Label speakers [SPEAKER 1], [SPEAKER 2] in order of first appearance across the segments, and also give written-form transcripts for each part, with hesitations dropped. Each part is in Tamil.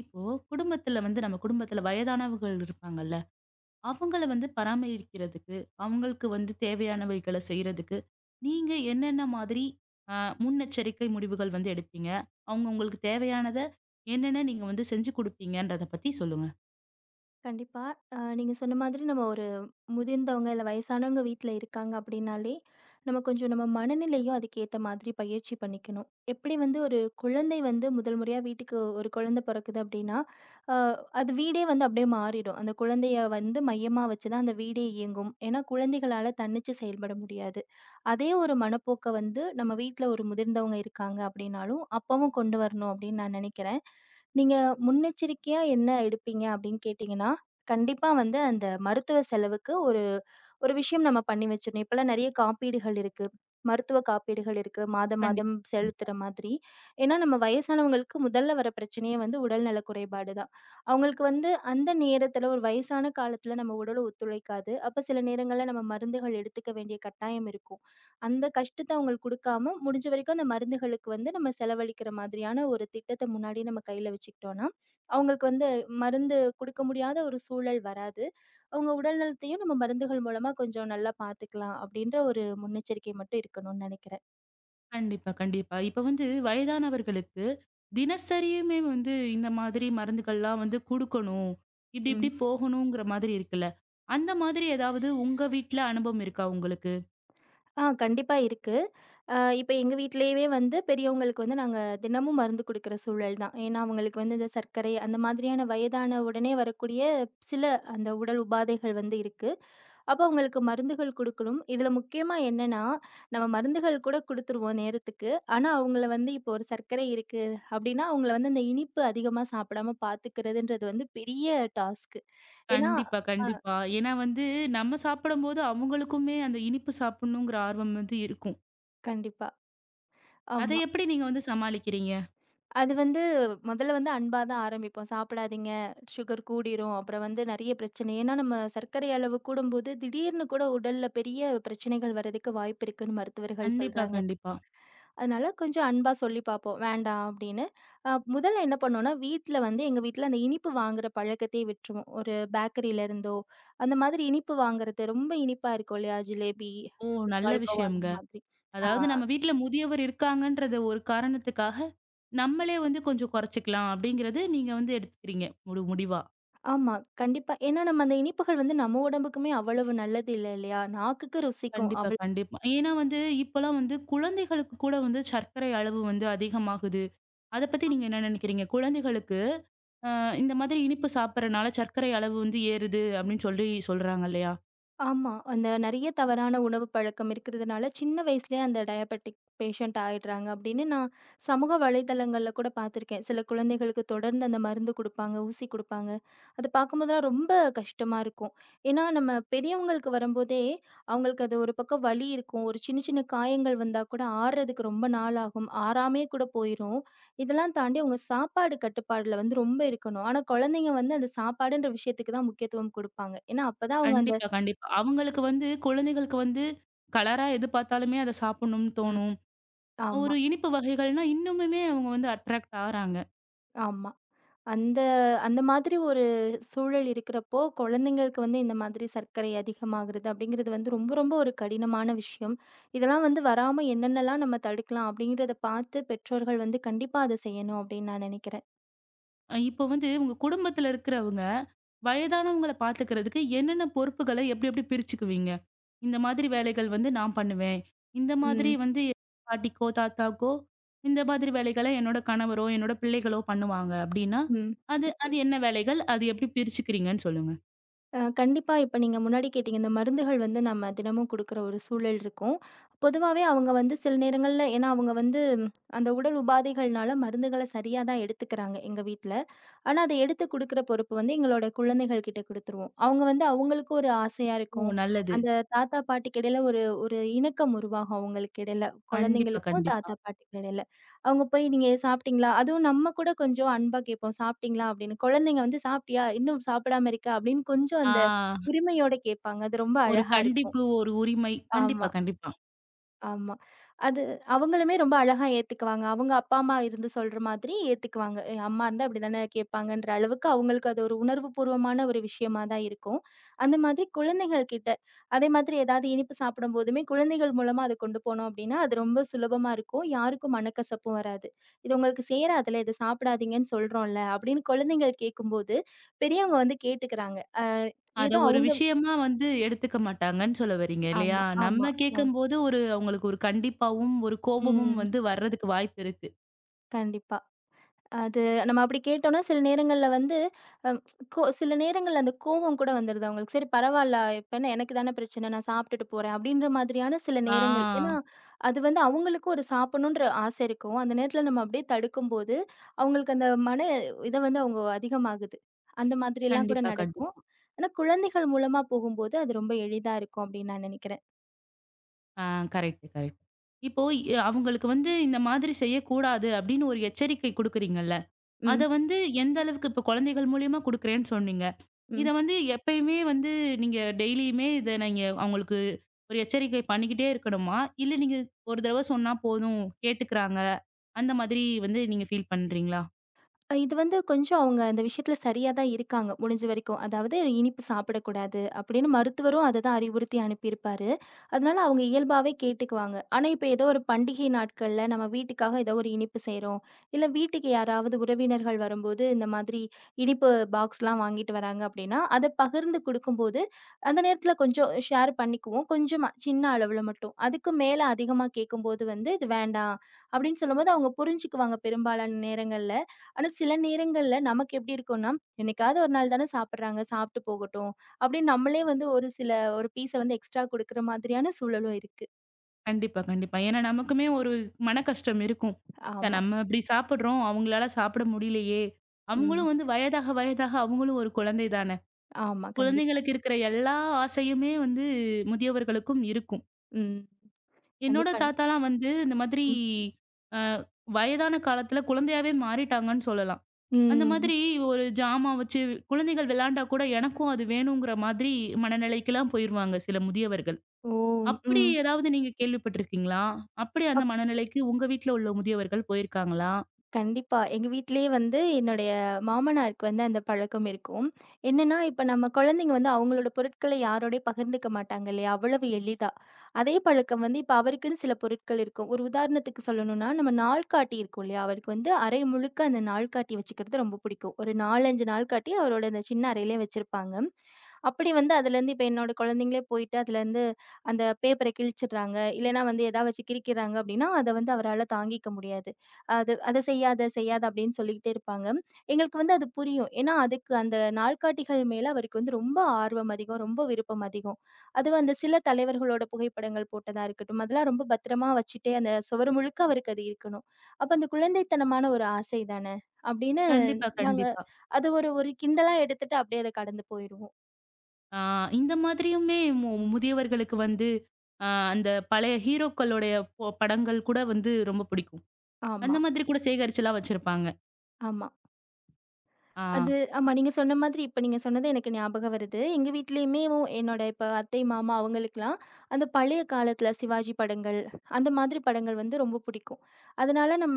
[SPEAKER 1] இப்போ குடும்பத்துல வந்து நம்ம குடும்பத்துல வயதானவர்கள் இருப்பாங்கல்ல. அவங்கள வந்து பராமரிக்கிறதுக்கு, அவங்களுக்கு வந்து தேவையானவைகள செய்றதுக்கு, நீங்க என்னென்ன மாதிரி அ முன்னெச்சரிக்கை முடிவுகள் வந்து எடுப்பீங்க? அவங்க உங்களுக்கு தேவையானத என்னென்ன நீங்க வந்து செஞ்சு குடுப்பீங்கன்றத பத்தி சொல்லுங்க.
[SPEAKER 2] கண்டிப்பா. நீங்க சொன்ன மாதிரி நம்ம ஒரு முதிர்ந்தவங்க, இல்ல வயசானவங்க வீட்ல இருக்காங்க அப்படின்னாலே, நம்ம கொஞ்சம் நம்ம மனநிலையும் அதுக்கேத்த மாதிரி பயிற்சி பண்ணிக்கணும். எப்படி வந்து ஒரு குழந்தை வந்து முதல் முறையா வீட்டுக்கு ஒரு குழந்தை பிறக்குது அப்படின்னா, அ அது வீடே வந்து அப்படியே மாறிடும். அந்த குழந்தைய வந்து மையமா வச்சு தான் அந்த வீடே இயங்கும். ஏன்னா குழந்தைகளால தன்னிச்சு செயல்பட முடியாது. அதே ஒரு மனப்போக்க வந்து நம்ம வீட்ல ஒரு முதிர்ந்தவங்க இருக்காங்க அப்படின்னாலும், அப்பவும் கொண்டு வரணும் அப்படின்னு நான் நினைக்கிறேன். நீங்க முன்னெச்சரிக்கையா என்ன எடுப்பீங்க அப்படின்னு கேட்டீங்கன்னா, கண்டிப்பா வந்து அந்த மருத்துவ செலவுக்கு ஒரு ஒரு விஷயம் நம்ம பண்ணி வச்சிடணும். இப்பலாம் நெறைய காப்பீடுகள் இருக்கு. மருத்துவ காப்பீடுகள் இருக்கு. மாதம்
[SPEAKER 1] கண்டிப்
[SPEAKER 2] மாதம் செலுத்துற மாதிரி. ஏன்னா நம்ம வயசானவங்களுக்கு முதல்ல வர பிரச்சனையே வந்து உடல்நல குறைபாடு தான். அவங்களுக்கு வந்து அந்த நேரத்துல ஒரு வயசான காலத்துல நம்ம உடல் ஒத்துழைக்காது. அப்ப சில நேரங்கள்ல நம்ம மருந்துகள் எடுத்துக்க வேண்டிய கட்டாயம் இருக்கும். அந்த கஷ்டத்த அவங்களுக்கு குடுக்காம முடிஞ்ச வரைக்கும் அந்த மருந்துகளுக்கு வந்து நம்ம செலவழிக்கிற மாதிரியான ஒரு திட்டத்த முன்னாடியே நம்ம கையில வச்சுக்கிட்டோம்னா அவங்களுக்கு வந்து மருந்து குடுக்க முடியாத ஒரு சூழல் வராது. அவங்க உடல் நலத்தையும் நம்ம மருந்துகள் மூலமா கொஞ்சம் நல்லா பார்த்துக்கலாம். அப்படின்ற ஒரு முன்னெச்சரிக்கை மட்டும் இருக்கணும்னு நெனைக்கிறேன்.
[SPEAKER 1] கண்டிப்பா, கண்டிப்பா. இப்ப வந்து வயதானவர்களுக்கு தினசரியுமே வந்து இந்த மாதிரி மருந்துகள்லாம் வந்து குடுக்கணும். இப்டி இப்டி போகணுங்கிற மாதிரி இருக்குல்ல. அந்த மாதிரி ஏதாவது உங்க வீட்ல அனுபவம் இருக்கா உங்களுக்கு?
[SPEAKER 2] ஆ கண்டிப்பா இருக்கு. இப்ப எங்க வீட்லயவே வந்து பெரியவங்களுக்கு வந்து நாங்க தினமும் மருந்து குடுக்குற சூழல் தான். ஏன்னா, அவங்களுக்கு வந்து இந்த சர்க்கரை அந்த மாதிரியான வயதான உடனே வரக்கூடிய சில அந்த உடல் உபாதைகள் வந்து இருக்கு. அப்போ அவங்களுக்கு மருந்துகள் குடுக்கணும். இதுல முக்கியமா என்னன்னா, நம்ம மருந்துகள் கூட குடுத்துருவோம் நேரத்துக்கு. ஆனா, அவங்கள வந்து இப்போ ஒரு சர்க்கரை இருக்கு அப்படின்னா, அவங்கள வந்து அந்த இனிப்பு அதிகமா சாப்பிடாம பார்த்துக்கிறதுன்றது வந்து பெரிய டாஸ்க்கு. ஏன்னா
[SPEAKER 1] கண்டிப்பா,
[SPEAKER 2] அ
[SPEAKER 1] கண்டிப்பா. ஏன்னா வந்து நம்ம சாப்பிடும்போது அவங்களுக்குமே அந்த இனிப்பு சாப்பிடணுங்கிற ஆர்வம் வந்து இருக்கும்.
[SPEAKER 2] கண்டிப்பா.
[SPEAKER 1] அதை
[SPEAKER 2] ஆமா.
[SPEAKER 1] எப்படி நீங்க வந்து சமாளிக்கிறீங்க?
[SPEAKER 2] அது வந்து முதல்ல வந்து அன்பா தான் ஆரம்பிப்போம். சாப்பிடாதீங்க, சுகர் கூடிரும். அப்புறம் வந்து நெறைய பிரச்சனை. ஏன்னா நம்ம சர்க்கரை அளவு கூடும்போது, திடீர்னு கூட உடல்ல பெரிய பிரச்சனைகள் வர்றதுக்கு வாய்ப்பு இருக்குன்னு மருத்துவர்கள்
[SPEAKER 1] கண்டிப்பா,
[SPEAKER 2] சொல்றாங்க.
[SPEAKER 1] கண்டிப்பா.
[SPEAKER 2] அதனால கொஞ்சம் அன்பா சொல்லி பார்ப்போம், "வேண்டாம்" அப்படின்னு. அ முதல்ல என்ன பண்ணோம்னா, வீட்ல வந்து எங்க வீட்ல அந்த இனிப்பு வாங்குற பழக்கத்தையே விட்டுருவோம். ஒரு பேக்கரியில இருந்தோ, அந்த மாதிரி இனிப்பு வாங்குறது ரொம்ப இனிப்பா இருக்கும் இல்லையா? ஜிலேபி,
[SPEAKER 1] ஓ! நல்ல
[SPEAKER 2] பால்கோவா அந்த
[SPEAKER 1] விஷயம்ங்க.
[SPEAKER 2] மாதிரி. ஆ.
[SPEAKER 1] அதாவது நம்ம வீட்ல முதியவர் இருக்காங்கன்றத ஒரு காரணத்துக்காக, நம்மளே வந்து கொஞ்சம் குறைச்சுக்கலாம் அப்படிங்கிறது நீங்க வந்து எடுத்துக்கிறீங்க, ஒரு முடிவா.
[SPEAKER 2] ஆமா. கண்டிப்பா. ஏன்னா நம்ம அந்த இனிப்புகள் வந்து நம்ம உடம்புக்குமே அவ்வளவு நல்லது இல்ல இல்லையா? நாக்குக்கு ருசிக்கும்.
[SPEAKER 1] கண்டிப்பா, கண்டிப்பா. ஏன்னா வந்து இப்பலாம் வந்து குழந்தைகளுக்கு கூட வந்து சர்க்கரை அளவு வந்து அதிகமாகுது. அத பத்தி நீங்க என்ன நினைக்கிறீங்க? குழந்தைகளுக்கு அ இந்த மாதிரி இனிப்பு சாப்பிடுறனால சர்க்கரை அளவு வந்து ஏறுது அப்படின்னு சொல்லி சொல்றாங்க இல்லையா?
[SPEAKER 2] ஆமா. அந்த நெறைய தவறான உணவு பழக்கம் இருக்கிறதுனால, சின்ன வயசுலயே அந்த டயாபெட்டிக் பேஷண்ட் ஆயிடுறாங்க அப்படின்னு நான் சமூக வலைதளங்கள்ல கூட பார்த்துருக்கேன். சில குழந்தைகளுக்கு தொடர்ந்து அந்த மருந்து குடுப்பாங்க, ஊசி குடுப்பாங்க. அது பார்க்கும்போதெல்லாம் ரொம்ப கஷ்டமா இருக்கும். ஏன்னா, நம்ம பெரியவங்களுக்கு வரும்போதே, அவங்களுக்கு அது ஒரு பக்கம் வலி இருக்கும். ஒரு சின்ன சின்ன காயங்கள் வந்தா கூட ஆறுறதுக்கு ரொம்ப நாள் ஆகும். ஆறாமயே கூட போயிரும். இதெல்லாம் தாண்டி அவங்க சாப்பாடு கட்டுப்பாடுல வந்து ரொம்ப இருக்கணும். ஆனா, குழந்தைங்க வந்து அந்த சாப்பாடுன்ற விஷயத்துக்கு தான் முக்கியத்துவம் குடுப்பாங்க. ஏன்னா, அப்பதான் அவங்க அந்த
[SPEAKER 1] கண்டிப்பா, கண்டிப்பா. அவங்களுக்கு வந்து குழந்தைகளுக்கு வந்து கலரா எது பார்த்தாலுமே அத சாப்பிடணும்னு தோணும்.
[SPEAKER 2] ஆமா,
[SPEAKER 1] ஒரு இனிப்பு வகைகள்னா இன்னுமுமே அவங்க வந்து அட்ராக்ட் ஆறாங்க.
[SPEAKER 2] ஆமா. அந்த அந்த மாதிரி ஒரு சூழல் இருக்கிறப்போ, குழந்தைங்களுக்கு வந்து இந்த மாதிரி சர்க்கரை அதிகமாகுறது அப்படிங்கிறது வந்து ரொம்ப, ரொம்ப ஒரு கடினமான விஷயம். இதெல்லாம் வந்து வராம என்னென்னலாம் நம்ம தடுக்கலாம் அப்படிங்கிறத பார்த்து பெற்றோர்கள் வந்து கண்டிப்பா அத செய்யணும் அப்படின்னு நான் நினைக்கிறேன்.
[SPEAKER 1] இப்போ வந்து உங்க குடும்பத்துல இருக்கிறவங்க, வயதானவங்கள பார்த்துக்கிறதுக்கு என்னென்ன பொறுப்புகள எப்டி எப்டி பிரிச்சுக்குவீங்க? இந்த மாதிரி வேலைகள் வந்து நான் பண்ணுவேன். இந்த மாதிரி
[SPEAKER 2] ம்,
[SPEAKER 1] வந்து என் பாட்டிக்கோ, தாத்தாக்கோ, இந்த மாதிரி வேலைகள என்னோட கணவரோ, என்னோட பிள்ளைகளோ பண்ணுவாங்க அப்டின்னா,
[SPEAKER 2] ம்.
[SPEAKER 1] அது அது என்ன வேலைகள்? அது எப்டி பிரிச்சுக்கிறீங்கன்னு சொல்லுங்க.
[SPEAKER 2] கண்டிப்பா இப்ப நீங்க முன்னாடி கேட்டீங்க, இந்த மருந்துகள் வந்து நம்ம தினமும் குடுக்குற ஒரு சூழல் இருக்கும். பொதுவாவே அவங்க வந்து சில நேரங்கள்ல ஏன்னா அவங்க வந்து அந்த உடல் உபாதைகள்னால மருந்துகள சரியா தான் எடுத்துக்கிறாங்க எங்க வீட்ல. ஆனா, அத எடுத்து குடுக்குற பொறுப்பு வந்து எங்களோட குழந்தைகள் கிட்ட குடுத்துருவோம். அவங்க வந்து அவங்களுக்கு ஒரு ஆசையா இருக்கும்.
[SPEAKER 1] ஓ! நல்லது.
[SPEAKER 2] அந்த தாத்தா, பாட்டிக்கு இடையில ஒரு ஒரு இணக்கம் உருவாகும் அவங்களுக்கு இடையில.
[SPEAKER 1] கண்டிப்பா,
[SPEAKER 2] குழந்தைங்களுக்கும்
[SPEAKER 1] கண்டிப்பா.
[SPEAKER 2] தாத்தா, பாட்டிக்கு இடையில. அவங்க போய் "நீங்க சாப்பிட்டீங்களா?" அதுவும் நம்ம கூட கொஞ்சம் அன்பா கேட்போம். "சாப்பிட்டீங்களா?" அப்படின்னு. குழந்தைங்க வந்து "சாப்பிட்டியா? இன்னும் சாப்பிடாம இருக்க?" அப்படின்னு கொஞ்சம் அந்த
[SPEAKER 1] ஆ,
[SPEAKER 2] உரிமையோட கேட்பாங்க. அது ரொம்ப
[SPEAKER 1] ஒரு
[SPEAKER 2] அழகா இருக்கும்.
[SPEAKER 1] கண்டிப்பு, ஒரு உரிமை.
[SPEAKER 2] ஆமா.
[SPEAKER 1] கண்டிப்பா, கண்டிப்பா.
[SPEAKER 2] ஆமா. அது அவங்களுமே ரொம்ப அழகா ஏத்துக்குவாங்க. அவங்க அப்பா, அம்மா இருந்து சொல்ற மாதிரி ஏத்துக்குவாங்க. அம்மா இருந்தா இப்படிதானே கேட்பாங்கன்ற அளவுக்கு அவங்களுக்கு அது ஒரு உணர்வுபூர்வமான ஒரு விஷயமா தான் இருக்கும். அந்த மாதிரி குழந்தைகள் கிட்ட அதே மாதிரி ஏதாவது இனிப்பு சாப்பிடும்போதுமே குழந்தைகள் மூலமா அத கொண்டு போனோம் அப்படின்னா, அது ரொம்ப சுலபமா இருக்கும். யாருக்கும் மனக்கசப்பும் வராது. "இது உங்களுக்கு சேராதுல்ல, இத சாப்பிடாதீங்கன்னு சொல்றோம்ல" அப்படின்னு குழந்தைகள் கேட்கும்போது, பெரியவங்க வந்து கேட்டுக்கிறாங்க. அ
[SPEAKER 1] அத
[SPEAKER 2] ஏதோ
[SPEAKER 1] ஒரு
[SPEAKER 2] அவங்க
[SPEAKER 1] விஷயமா வந்து எடுத்துக்க மாட்டாங்கன்னு சொல்ல வரீங்க இல்லையா?
[SPEAKER 2] ஆமா, ஆமா.
[SPEAKER 1] நம்ம
[SPEAKER 2] அ.
[SPEAKER 1] கேட்கும்போது ஒரு அவங்களுக்கு ஒரு கண்டிப்பாவும், ஒரு கோபமும்
[SPEAKER 2] ம்.
[SPEAKER 1] வந்து வர்றதுக்கு வாய்ப்பு இருக்கு.
[SPEAKER 2] கண்டிப்பா. அது நம்ம அப்படி கேட்டோம்னா, சில நேரங்கள்ல வந்து அம் கோ சில நேரங்கள்ல அந்த கோவம் கூட வந்துருது அவங்களுக்கு. சரி பரவால்ல, இப்ப என்ன எனக்கு தானே பிரச்சனை, நான் சாப்பிட்டுட்டு போறேன் அப்படின்ற மாதிரியான சில நேரங்கள். ஏன்னா,
[SPEAKER 1] ஆ,
[SPEAKER 2] அது வந்து அவங்களுக்கும் ஒரு சாப்பிடணுன்ற ஆசை இருக்கும். அந்த நேரத்துல நம்ம அப்படியே தடுக்கும்போது, அவங்களுக்கு அந்த மன இத வந்து அவங்க அதிகமாகுது. அந்த மாதிரியெல்லாம் கூட
[SPEAKER 1] கண்டிப்பா,
[SPEAKER 2] நடக்கும்.
[SPEAKER 1] கண்டிப்பா.
[SPEAKER 2] ஆனா, குழந்தைகள் மூலமா போகும்போது அது ரொம்ப எளிதா இருக்கும் அப்படின்னு நான் நினைக்கிறேன்.
[SPEAKER 1] ஆ, கரெக்ட், கரெக்ட். இப்போ அவங்களுக்கு வந்து இந்த மாதிரி செய்யக்கூடாது அப்படின்னு ஒரு எச்சரிக்கை குடுக்குறீங்கல்ல? அத
[SPEAKER 2] ம்.
[SPEAKER 1] வந்து எந்த அளவுக்கு இப்ப குழந்தைகள் மூலியமா குடுக்குறேன்னு சொன்னீங்க. இத
[SPEAKER 2] ம்.
[SPEAKER 1] வந்து எப்பயுமே வந்து நீங்க டெய்லியுமே இத நீங்க அவங்களுக்கு ஒரு எச்சரிக்கை பண்ணிக்கிட்டே இருக்கணுமா? இல்ல நீங்க ஒரு தடவ சொன்னா போதும் கேட்டுக்கிறாங்க. அந்த மாதிரி வந்து நீங்க ஃபீல் பண்றீங்களா?
[SPEAKER 2] இது வந்து கொஞ்சம் அவங்க அந்த விஷயத்துல சரியா தான் இருக்காங்க, முடிஞ்ச வரைக்கும். அதாவது இனிப்பு சாப்பிடக்கூடாது அப்படின்னு மருத்துவரும் அததான் அறிவுறுத்தி அனுப்பியிருப்பாரு. அதனால அவங்க இயல்பாவே கேட்டுக்குவாங்க. ஆனா இப்ப ஏதோ ஒரு பண்டிகை நாட்கள்ல நம்ம வீட்டுக்காக ஏதோ ஒரு இனிப்பு செய்றோம், இல்ல வீட்டுக்கு யாராவது உறவினர்கள் வரும்போது இந்த மாதிரி இனிப்பு பாக்ஸ்லாம் வாங்கிட்டு வராங்க அப்படின்னா, அத பகிர்ந்து குடுக்கும்போது, அந்த நேரத்துல கொஞ்சம் ஷேர் பண்ணிக்குவோம். கொஞ்சமா சின்ன அளவுல மட்டும். அதுக்கு மேல அதிகமா கேட்கும்போது வந்து, "இது வேண்டாம்" அப்படின்னு சொல்லும்போது அவங்க புரிஞ்சுக்குவாங்க பெரும்பாலான நேரங்கள்ல. ஆனா, சில நேரங்கள்ல நமக்கு எப்படி இருக்கும்னா, என்னைக்காவது ஒரு நாள் தானே சாப்பிடுறாங்க, சாப்பிட்டு போகட்டும். அப்படின்னு நம்மளே வந்து ஒரு பீஸ வந்து எக்ஸ்ட்ரா குடுக்குற மாதிரியான சூழலும் இருக்கு.
[SPEAKER 1] கண்டிப்பா, கண்டிப்பா. ஏன்னா நமக்குமே ஒரு மன கஷ்டம் இருக்கும். ச்ச
[SPEAKER 2] ஆமா.
[SPEAKER 1] நம்ம இப்படி சாப்பிடுறோம். அவங்களால சாப்பிட முடியலையே!
[SPEAKER 2] ம்.
[SPEAKER 1] அவங்களும் வந்து வயதாக வயதாக அவங்களும் ஒரு குழந்தை தானே!
[SPEAKER 2] ஆமா. கண்டிப்பா.
[SPEAKER 1] குழந்தைங்களுக்கு இருக்கிற எல்லா ஆசையுமே வந்து முதியவர்களுக்கும் இருக்கும்.
[SPEAKER 2] ம்.
[SPEAKER 1] என்னோட
[SPEAKER 2] கண்டிப்பா.
[SPEAKER 1] தாத்தாலாம் வந்து இந்த மாதிரி
[SPEAKER 2] ம்.
[SPEAKER 1] அ வயதான காலத்துல குழந்தையாவே மாறிட்டாங்கன்னு சொல்லலாம். அந்த
[SPEAKER 2] ம்.
[SPEAKER 1] மாதிரி ஒரு ஜாமான் வச்சு குழந்தைகள் விளையாண்டா கூட எனக்கும் அது வேணுங்கிற மாதிரி மனநிலைக்குலாம் போயிருவாங்க சில முதியவர்கள்.
[SPEAKER 2] ஓ!
[SPEAKER 1] அப்படி
[SPEAKER 2] ம்.
[SPEAKER 1] ஏதாவது நீங்க கேள்விப்பட்டிருக்கீங்களா? அப்படி அந்த மனநிலைக்கு உங்க வீட்ல உள்ள முதியவர்கள் போயிருக்காங்களா?
[SPEAKER 2] கண்டிப்பா. எங்க வீட்லயே வந்து என்னுடைய மாமனாருக்கு வந்து அந்த பழக்கம் இருக்கும். என்னன்னா, இப்ப நம்ம குழந்தைங்க வந்து அவங்களோட பொருட்கள யாரோடயும் பகிர்ந்துக்க மாட்டாங்க இல்லையா? அவ்வளவு எளிதா. அதே பழக்கம் வந்து இப்ப அவருக்குன்னு சில பொருட்கள் இருக்கும். ஒரு உதாரணத்துக்கு சொல்லணும்னா, நம்ம நாள்காட்டி இருக்கும் இல்லையா? அவருக்கு வந்து அறை முழுக்க அந்த நாள்காட்டி வச்சுக்கிறது ரொம்ப பிடிக்கும். ஒரு 4, 5 நாள்காட்டி அவரோட அந்த சின்ன அறையிலே வச்சிருப்பாங்க. அப்படி வந்து அதுலேருந்து இப்ப என்னோட குழந்தைங்களே போயிட்டு அதுலேருந்து அந்த பேப்பர கிழிச்சிடுறாங்க. இல்லன்னா வந்து எதா வச்சு கிறுக்கிறாங்க அப்படின்னா, அத வந்து அவரால தாங்கிக்க முடியாது. அது "அத செய்யாத, செய்யாத" அப்படின்னு சொல்லிக்கிட்டே இருப்பாங்க. எங்களுக்கு வந்து அது புரியும். ஏன்னா, அதுக்கு அந்த நாள்காட்டிகள் மேல அவருக்கு வந்து ரொம்ப ஆர்வம் அதிகம், ரொம்ப விருப்பம் அதிகம். அதுவும் அந்த சில தலைவர்களோட புகைப்படங்கள் போட்டதா இருக்கட்டும், அதெல்லாம் ரொம்ப பத்திரமா வச்சுட்டு அந்த சுவரு முழுக்க அவருக்கு அது இருக்கணும். அப்ப அந்த குழந்தைத்தனமான ஒரு ஆசை தான. அப்படின்னு
[SPEAKER 1] கண்டிப்பா,
[SPEAKER 2] நாங்க
[SPEAKER 1] கண்டிப்பா.
[SPEAKER 2] அது ஒரு ஒரு கிண்டலா எடுத்துட்டு அப்படியே அத கடந்து போயிருவோம்.
[SPEAKER 1] ஆ, இந்த மாதிரியுமே முதியவர்களுக்கு வந்து அ அந்த பழைய ஹீரோக்களுடைய படங்கள் கூட வந்து ரொம்ப பிடிக்கும்.
[SPEAKER 2] ஆமா,
[SPEAKER 1] அந்த மாதிரி கூட சேகரிச்சுலாம் வச்சிருப்பாங்க.
[SPEAKER 2] ஆமா.
[SPEAKER 1] ஆ.
[SPEAKER 2] அது ஆமா. நீங்க சொன்ன மாதிரி இப்ப நீங்க சொன்னது எனக்கு ஞாபகம் வருது. எங்க வீட்லயுமேவும் என்னோட இப்ப அத்தை, மாமா அவங்களுக்கெல்லாம் அந்த பழைய காலத்துல சிவாஜி படங்கள், அந்த மாதிரி படங்கள் வந்து ரொம்ப பிடிக்கும். அதனால நம்ம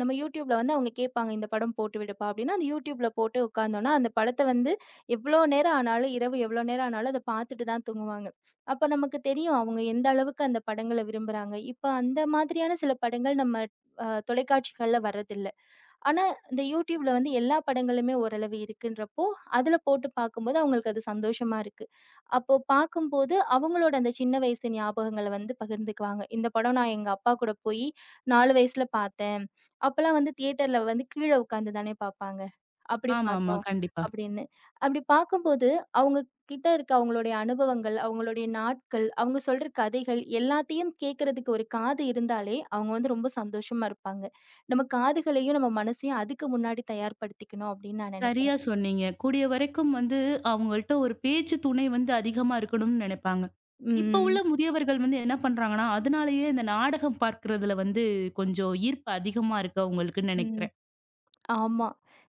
[SPEAKER 2] நம்ம YouTubeல வந்து அவங்க கேட்பாங்க, "இந்த படம் போட்டு விடுப்பா" அப்டின்னா, அந்த YouTubeல போட்டு உட்கார்ந்தோம்னா, அந்த படத்த வந்து எவ்ளோ நேரம் ஆனாலும், இரவு எவ்ளோ நேரம் ஆனாலும் அத பார்த்துட்டு தான் தூங்குவாங்க. அப்ப நமக்கு தெரியும் அவங்க எந்த அளவுக்கு அந்த படங்கள விரும்புறாங்க. இப்ப அந்த மாதிரியான சில படங்கள் நம்ம அ தொலைக்காட்சிகள்ல வர்றதில்ல. ஆனா, இந்த யூடியூப்ல வந்து எல்லா படங்களுமே ஓரளவு இருக்குன்றப்போ, அதுல போட்டு பார்க்கும்போது அவங்களுக்கு அது சந்தோஷமா இருக்கு. அப்போ பார்க்கும்போது அவங்களோட அந்த சின்ன வயசு ஞாபகங்கள வந்து பகிர்ந்துக்குவாங்க. இந்த படம் நான் எங்க அப்பா கூட போயி 4 வயசுல பார்த்தேன். அப்பலாம் வந்து தியேட்டர்ல வந்து கீழ உட்காந்து தானே பார்ப்பாங்க. அப்படி
[SPEAKER 1] ஆமாமா.
[SPEAKER 2] பார்த்தோம்
[SPEAKER 1] கண்டிப்பா.
[SPEAKER 2] அப்படின்னு. அப்படி பார்க்கும்போது, அவங்க கிட்ட இருக்க அவங்களுடைய அனுபவங்கள், அவங்களுடைய நாட்கள், அவங்க சொல்ற கதைகள் எல்லாத்தையும் கேட்கறதுக்கு ஒரு காது இருந்தாலே அவங்க வந்து ரொம்ப சந்தோஷமா இருப்பாங்க. நம்ம காதுகளையும், நம்ம மனசையும் அதுக்கு முன்னாடி தயார்படுத்திக்கணும் அப்படின்னு நான்
[SPEAKER 1] சரியா
[SPEAKER 2] நினைக்கிறேன்.
[SPEAKER 1] சொன்னீங்க. கூடிய வரைக்கும் வந்து அவங்கள்ட்ட ஒரு பேச்சு துணை வந்து அதிகமா இருக்கணும்னு நினைப்பாங்க. இப்ப
[SPEAKER 2] ம்.
[SPEAKER 1] உள்ள முதியவர்கள் வந்து என்ன பண்றாங்கன்னா, அதனாலேயே இந்த நாடகம் பார்க்கிறதுல வந்து கொஞ்சம் ஈர்ப்பு அதிகமா இருக்கு அவங்களுக்குன்னு
[SPEAKER 2] ம்.
[SPEAKER 1] நினைக்கிறேன்.
[SPEAKER 2] ஆமா.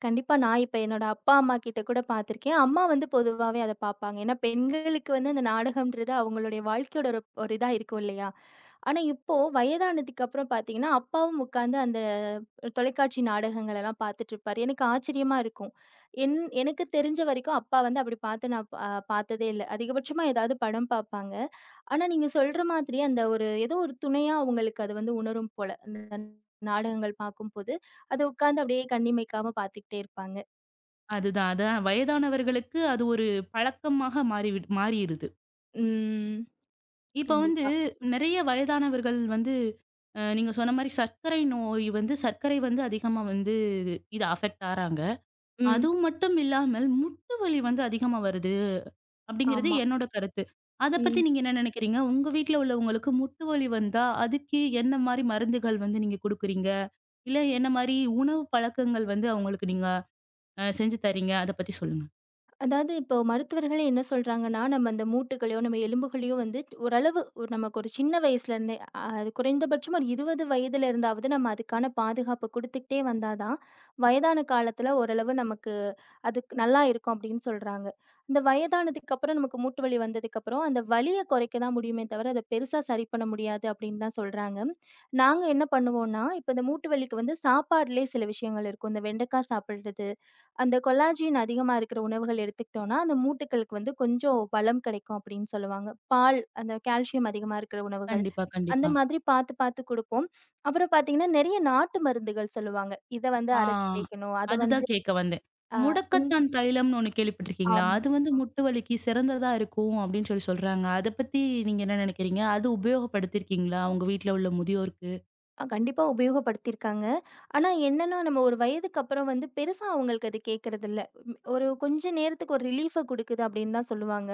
[SPEAKER 2] கண்டிப்பா நான் இப்ப என்னோட அப்பா, அம்மா கிட்ட கூட பார்த்துருக்கேன். அம்மா வந்து பொதுவாவே அத பார்ப்பாங்க. ஏன்னா பெண்களுக்கு வந்து அந்த நாடகம்ன்றது அவங்களுடைய வாழ்க்கையோட ஒரு ஒரு இதா இருக்கும் இல்லையா? ஆனா இப்போ வயதானதுக்கு அப்புறம் பார்த்தீங்கன்னா, அப்பாவும் உட்கார்ந்து அந்த தொலைக்காட்சி நாடகங்கள் எல்லாம் பார்த்துட்டு இருப்பாரு. எனக்கு ஆச்சரியமா இருக்கும். என் எனக்கு தெரிஞ்ச வரைக்கும் அப்பா வந்து அப்படி பார்த்து நான் ப பார்த்ததே இல்ல. அதிகபட்சமா ஏதாவது படம் பார்ப்பாங்க. ஆனா, நீங்க சொல்ற மாதிரி அந்த ஒரு ஏதோ ஒரு துணையா அவங்களுக்கு அது வந்து உணரும் போல. அந்த நாடகங்கள் பார்க்கும்போது, அத உட்கார்ந்து அப்படியே கண்ணிமைக்காம பார்த்துக்கிட்டே இருப்பாங்க.
[SPEAKER 1] அதுதான், அதான் வயதானவர்களுக்கு அது ஒரு பழக்கமாக மாறிருது.
[SPEAKER 2] ம்.
[SPEAKER 1] இப்ப வந்து
[SPEAKER 2] கண்டிப்பா.
[SPEAKER 1] நெறைய வயதானவர்கள் வந்து நீங்க சொன்ன மாரி சர்க்கரை நோய் வந்து சர்க்கரை வந்து அதிகமா வந்து இது அஃபெக்ட் ஆறாங்க.
[SPEAKER 2] ம்.
[SPEAKER 1] அதுவும் மட்டும் இல்லாமல் முட்டு வலி வந்து அதிகமா வருது. அப்படிங்கிறது
[SPEAKER 2] ஆமா.
[SPEAKER 1] என்னோட கருத்து. அத பத்தி
[SPEAKER 2] ம்.
[SPEAKER 1] நீங்க என்ன நினைக்கிறீங்க? உங்க வீட்ல உள்ளவங்களுக்கு முட்டு வலி வந்தா, அதுக்கு என்ன மாரி மருந்துகள் வந்து நீங்க குடுக்குறீங்க? இல்ல என்ன மாரி உணவு பழக்கங்கள் வந்து அவங்களுக்கு நீங்க செஞ்சு தர்றீங்க? அத பத்தி சொல்லுங்க.
[SPEAKER 2] அதாவது இப்போ மருத்துவர்களே என்ன சொல்றாங்கன்னா, நம்ம அந்த மூட்டுகளையோ, நம்ம எலும்புகளையோ வந்து ஓரளவு ஒரு நமக்கு ஒரு சின்ன வயசுலேருந்தே அது குறைந்தபட்சம் ஒரு 20 வயதுல இருந்தாவது நம்ம அதுக்கான பாதுகாப்பு குடுத்துக்கிட்டே வந்தா தான், வயதான காலத்துல ஓரளவு நமக்கு அதுக்கு நல்லா இருக்கும் அப்படின்னு சொல்றாங்க. இந்த வயதானதுக்கு அப்புறம் நமக்கு மூட்டு வலி வந்ததுக்கப்புறம், அந்த வலிய குறைக்க தான் முடியுமே தவிர, அத பெருசா சரி பண்ண முடியாது அப்படின்னு தான் சொல்றாங்க. நாங்க என்ன பண்ணுவோம்னா, இப்ப இந்த மூட்டு வலிக்கு வந்து சாப்பாடுலயே சில விஷயங்கள் இருக்கும். இந்த வெண்டைக்காய் சாப்பிடுறது, அந்த கொலாஜின் அதிகமா இருக்கிற உணவுகள் எடுத்துக்கிட்டோம்னா, அந்த மூட்டுக்களுக்கு வந்து கொஞ்சம் பலம் கிடைக்கும் அப்படின்னு சொல்லுவாங்க. பால், அந்த கால்சியம் அதிகமா இருக்கிற உணவுகள்,
[SPEAKER 1] கண்டிப்பா,
[SPEAKER 2] அந்த
[SPEAKER 1] கண்டிப்பா.
[SPEAKER 2] மாதிரி பார்த்து பார்த்து குடுப்போம். அப்புறம் பார்த்தீங்கன்னா, நெறைய நாட்டு மருந்துகள் சொல்லுவாங்க. இத வந்து
[SPEAKER 1] ஆ,
[SPEAKER 2] அரைச்சு தேய்க்கணும். அத வந்து
[SPEAKER 1] அதுதான் கேட்க வந்தேன்.
[SPEAKER 2] அ இந்
[SPEAKER 1] முடக்கத்தான் தைலம்னு ஒண்ணு கேள்விப்பட்டிருக்கீங்களா?
[SPEAKER 2] ஆமா.
[SPEAKER 1] அது வந்து முட்டு வலிக்கு சிறந்ததா இருக்கும் அப்படின்னு சொல்லி சொல்றாங்க. அத பத்தி நீங்க என்ன நினைக்கிறீங்க? அது உபயோகப்படுத்தியிருக்கீங்களா? உங்க வீட்ல உள்ள முதியோருக்கு?
[SPEAKER 2] கண்டிப்பா உபயோகப்படுத்தியிருக்காங்க. ஆனா என்னன்னா, நம்ம ஒரு வயதுக்கு அப்புறம் வந்து பெருசா அவங்களுக்கு அது கேட்கறதில்ல. ஒரு கொஞ்ச நேரத்துக்கு ஒரு ரிலீஃப குடுக்குது அப்படின்னு தான் சொல்லுவாங்க.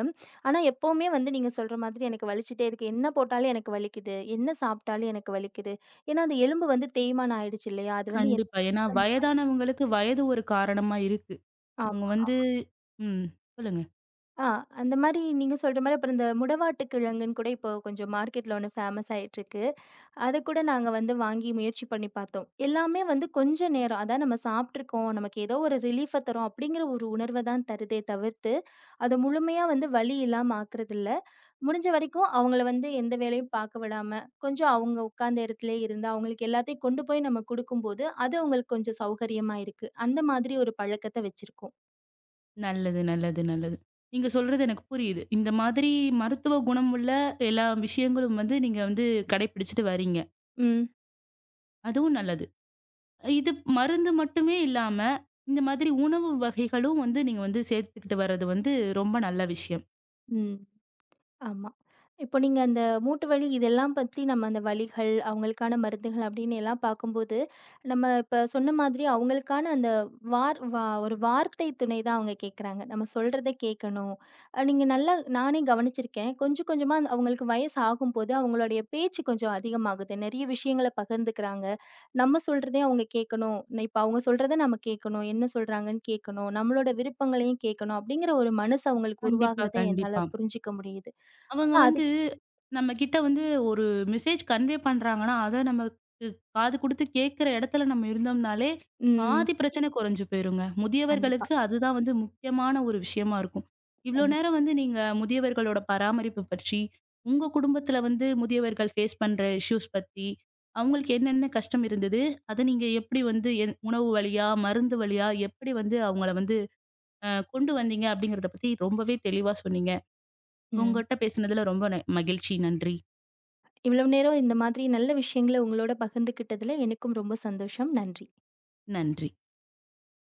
[SPEAKER 2] ஆனா எப்பவுமே வந்து நீங்க சொல்ற மாதிரி எனக்கு வலிச்சுட்டே இருக்கு. என்ன போட்டாலும் எனக்கு வலிக்குது. என்ன சாப்பிட்டாலும் எனக்கு வலிக்குது. ஏன்னா, அந்த எலும்பு வந்து தேய்மானம் ஆயிடுச்சு இல்லையா? அது வந்து என்னால
[SPEAKER 1] கண்டிப்பா. ஏன்னா வயதானவங்களுக்கு வயது ஒரு காரணமா இருக்கு.
[SPEAKER 2] ஆம்.
[SPEAKER 1] அவங்க வந்து ம். சொல்லுங்க.
[SPEAKER 2] ஆ அந்த மாரி நீங்க சொல்ற மாரி அப்புறம் இந்த முடவாட்டு கிழங்குன்னு கூட இப்போ கொஞ்சம் மார்க்கெட்ல ஒண்ணு ஃபேமஸ் ஆயிட்டுருக்கு. அதுக்கூட நாங்க வந்து வாங்கி முயற்சி பண்ணி பார்த்தோம். எல்லாமே வந்து கொஞ்ச நேரம், அதான் நம்ம சாப்பிட்டுருக்கோம், நமக்கு ஏதோ ஒரு ரிலீஃப தரும் அப்படிங்கிற ஒரு உணர்வ தான் தருதே தவிர்த்து, அத முழுமையா வந்து வலி இல்லாம ஆக்குறதில்ல. முடிஞ்ச வரைக்கும் அவங்கள வந்து எந்த வேலையும் பார்க்க விடாம, கொஞ்சம் அவங்க உட்கார்ந்த இடத்திலேயே இருந்து, அவங்களுக்கு எல்லாத்தையும் கொண்டு போய் நம்ம குடுக்கும்போது, அது அவங்களுக்கு கொஞ்சம் சௌகரியமா இருக்கு. அந்த மாதிரி ஒரு பழக்கத்த வச்சிருக்கோம்.
[SPEAKER 1] நல்லது, நல்லது, நல்லது. நீங்க சொல்றது எனக்கு புரியுது. இந்த மாதிரி மருத்துவ குணம் உள்ள எல்லா விஷயங்களும் வந்து நீங்க வந்து கடைபிடிச்சுட்டு வரீங்க.
[SPEAKER 2] ம்.
[SPEAKER 1] அதுவும் நல்லது. இது மருந்து மட்டுமே இல்லாம, இந்த மாதிரி உணவு வகைகளும் வந்து நீங்க வந்து சேர்த்துக்கிட்டு வர்றது வந்து ரொம்ப நல்ல விஷயம்.
[SPEAKER 2] ம். ஆமா. இப்போ நீங்க அந்த மூட்டு வலி இதெல்லாம் பத்தி நம்ம அந்த வலிகள், அவங்களுக்கான மருந்துகள் அப்படின்னு எல்லாம் பார்க்கும்போது, நம்ம இப்ப சொன்ன மாதிரி அவங்களுக்கான அந்த வார் வா ஒரு வார்த்தை துணை தான் அவங்க கேட்குறாங்க. நம்ம சொல்றத கேட்கணும். நீங்க நல்லா நானே கவனிச்சிருக்கேன். கொஞ்சம் கொஞ்சமா அவங்களுக்கு வயசு ஆகும்போது அவங்களுடைய பேச்சு கொஞ்சம் அதிகமாகுது. நெறைய விஷயங்கள பகிர்ந்துக்கிறாங்க. நம்ம சொல்றதையும் அவங்க கேட்கணும். இப்ப அவங்க சொல்றத நம்ம கேட்கணும். என்ன சொல்றாங்கன்னு கேட்கணும். நம்மளோட விருப்பங்களையும் கேட்கணும். அப்படிங்கிற ஒரு மனசு அவங்களுக்கு
[SPEAKER 1] கண்டிப்பா,
[SPEAKER 2] உருவாகுறத என்னால
[SPEAKER 1] கண்டிப்பா.
[SPEAKER 2] புரிஞ்சுக்க முடியுது. அப்ப
[SPEAKER 1] அவங்க வந்து
[SPEAKER 2] அதுக்
[SPEAKER 1] நம்மகிட்ட வந்து ஒரு மெசேஜ் கன்வே பண்றாங்கன்னா, அத நமக்கு காது குடுத்து கேட்கிற இடத்துல நம்ம இருந்தோம்னாலே,
[SPEAKER 2] ம்.
[SPEAKER 1] பாதி பிரச்சனை குறைஞ்சு போயிருங்க.
[SPEAKER 2] கண்டிப்பா,
[SPEAKER 1] முதியவர்களுக்கு அதுதான் வந்து முக்கியமான ஒரு விஷயமா இருக்கும். இவ்ளோ
[SPEAKER 2] கண்டிப்
[SPEAKER 1] நேரம் வந்து நீங்க முதியவர்களோட பராமரிப்பு பற்றி, உங்க குடும்பத்துல வந்து முதியவர்கள் ஃபேஸ் பண்ற இஷ்யூஸ் பத்தி, அவங்களுக்கு என்னென்ன கஷ்டம் இருந்தது, அத நீங்க எப்படி வந்து என் உணவு வழியா, மருந்து வழியா எப்படி வந்து அவங்கள வந்து கொண்டு வந்தீங்க அப்படிங்கிறத பத்தி ரொம்பவே தெளிவா சொன்னீங்க.
[SPEAKER 2] ம். ம்.
[SPEAKER 1] உங்கட்ட பேசுனதுல ரொம்ப மகிழ்ச்சி. நன்றி.
[SPEAKER 2] இவ்வளவு நேரம் இந்த மாதிரி நல்ல விஷயங்கள உங்களோட பகிர்ந்துக்கிட்டதுல எனக்கும் ரொம்ப சந்தோஷம். நன்றி.
[SPEAKER 1] நன்றி.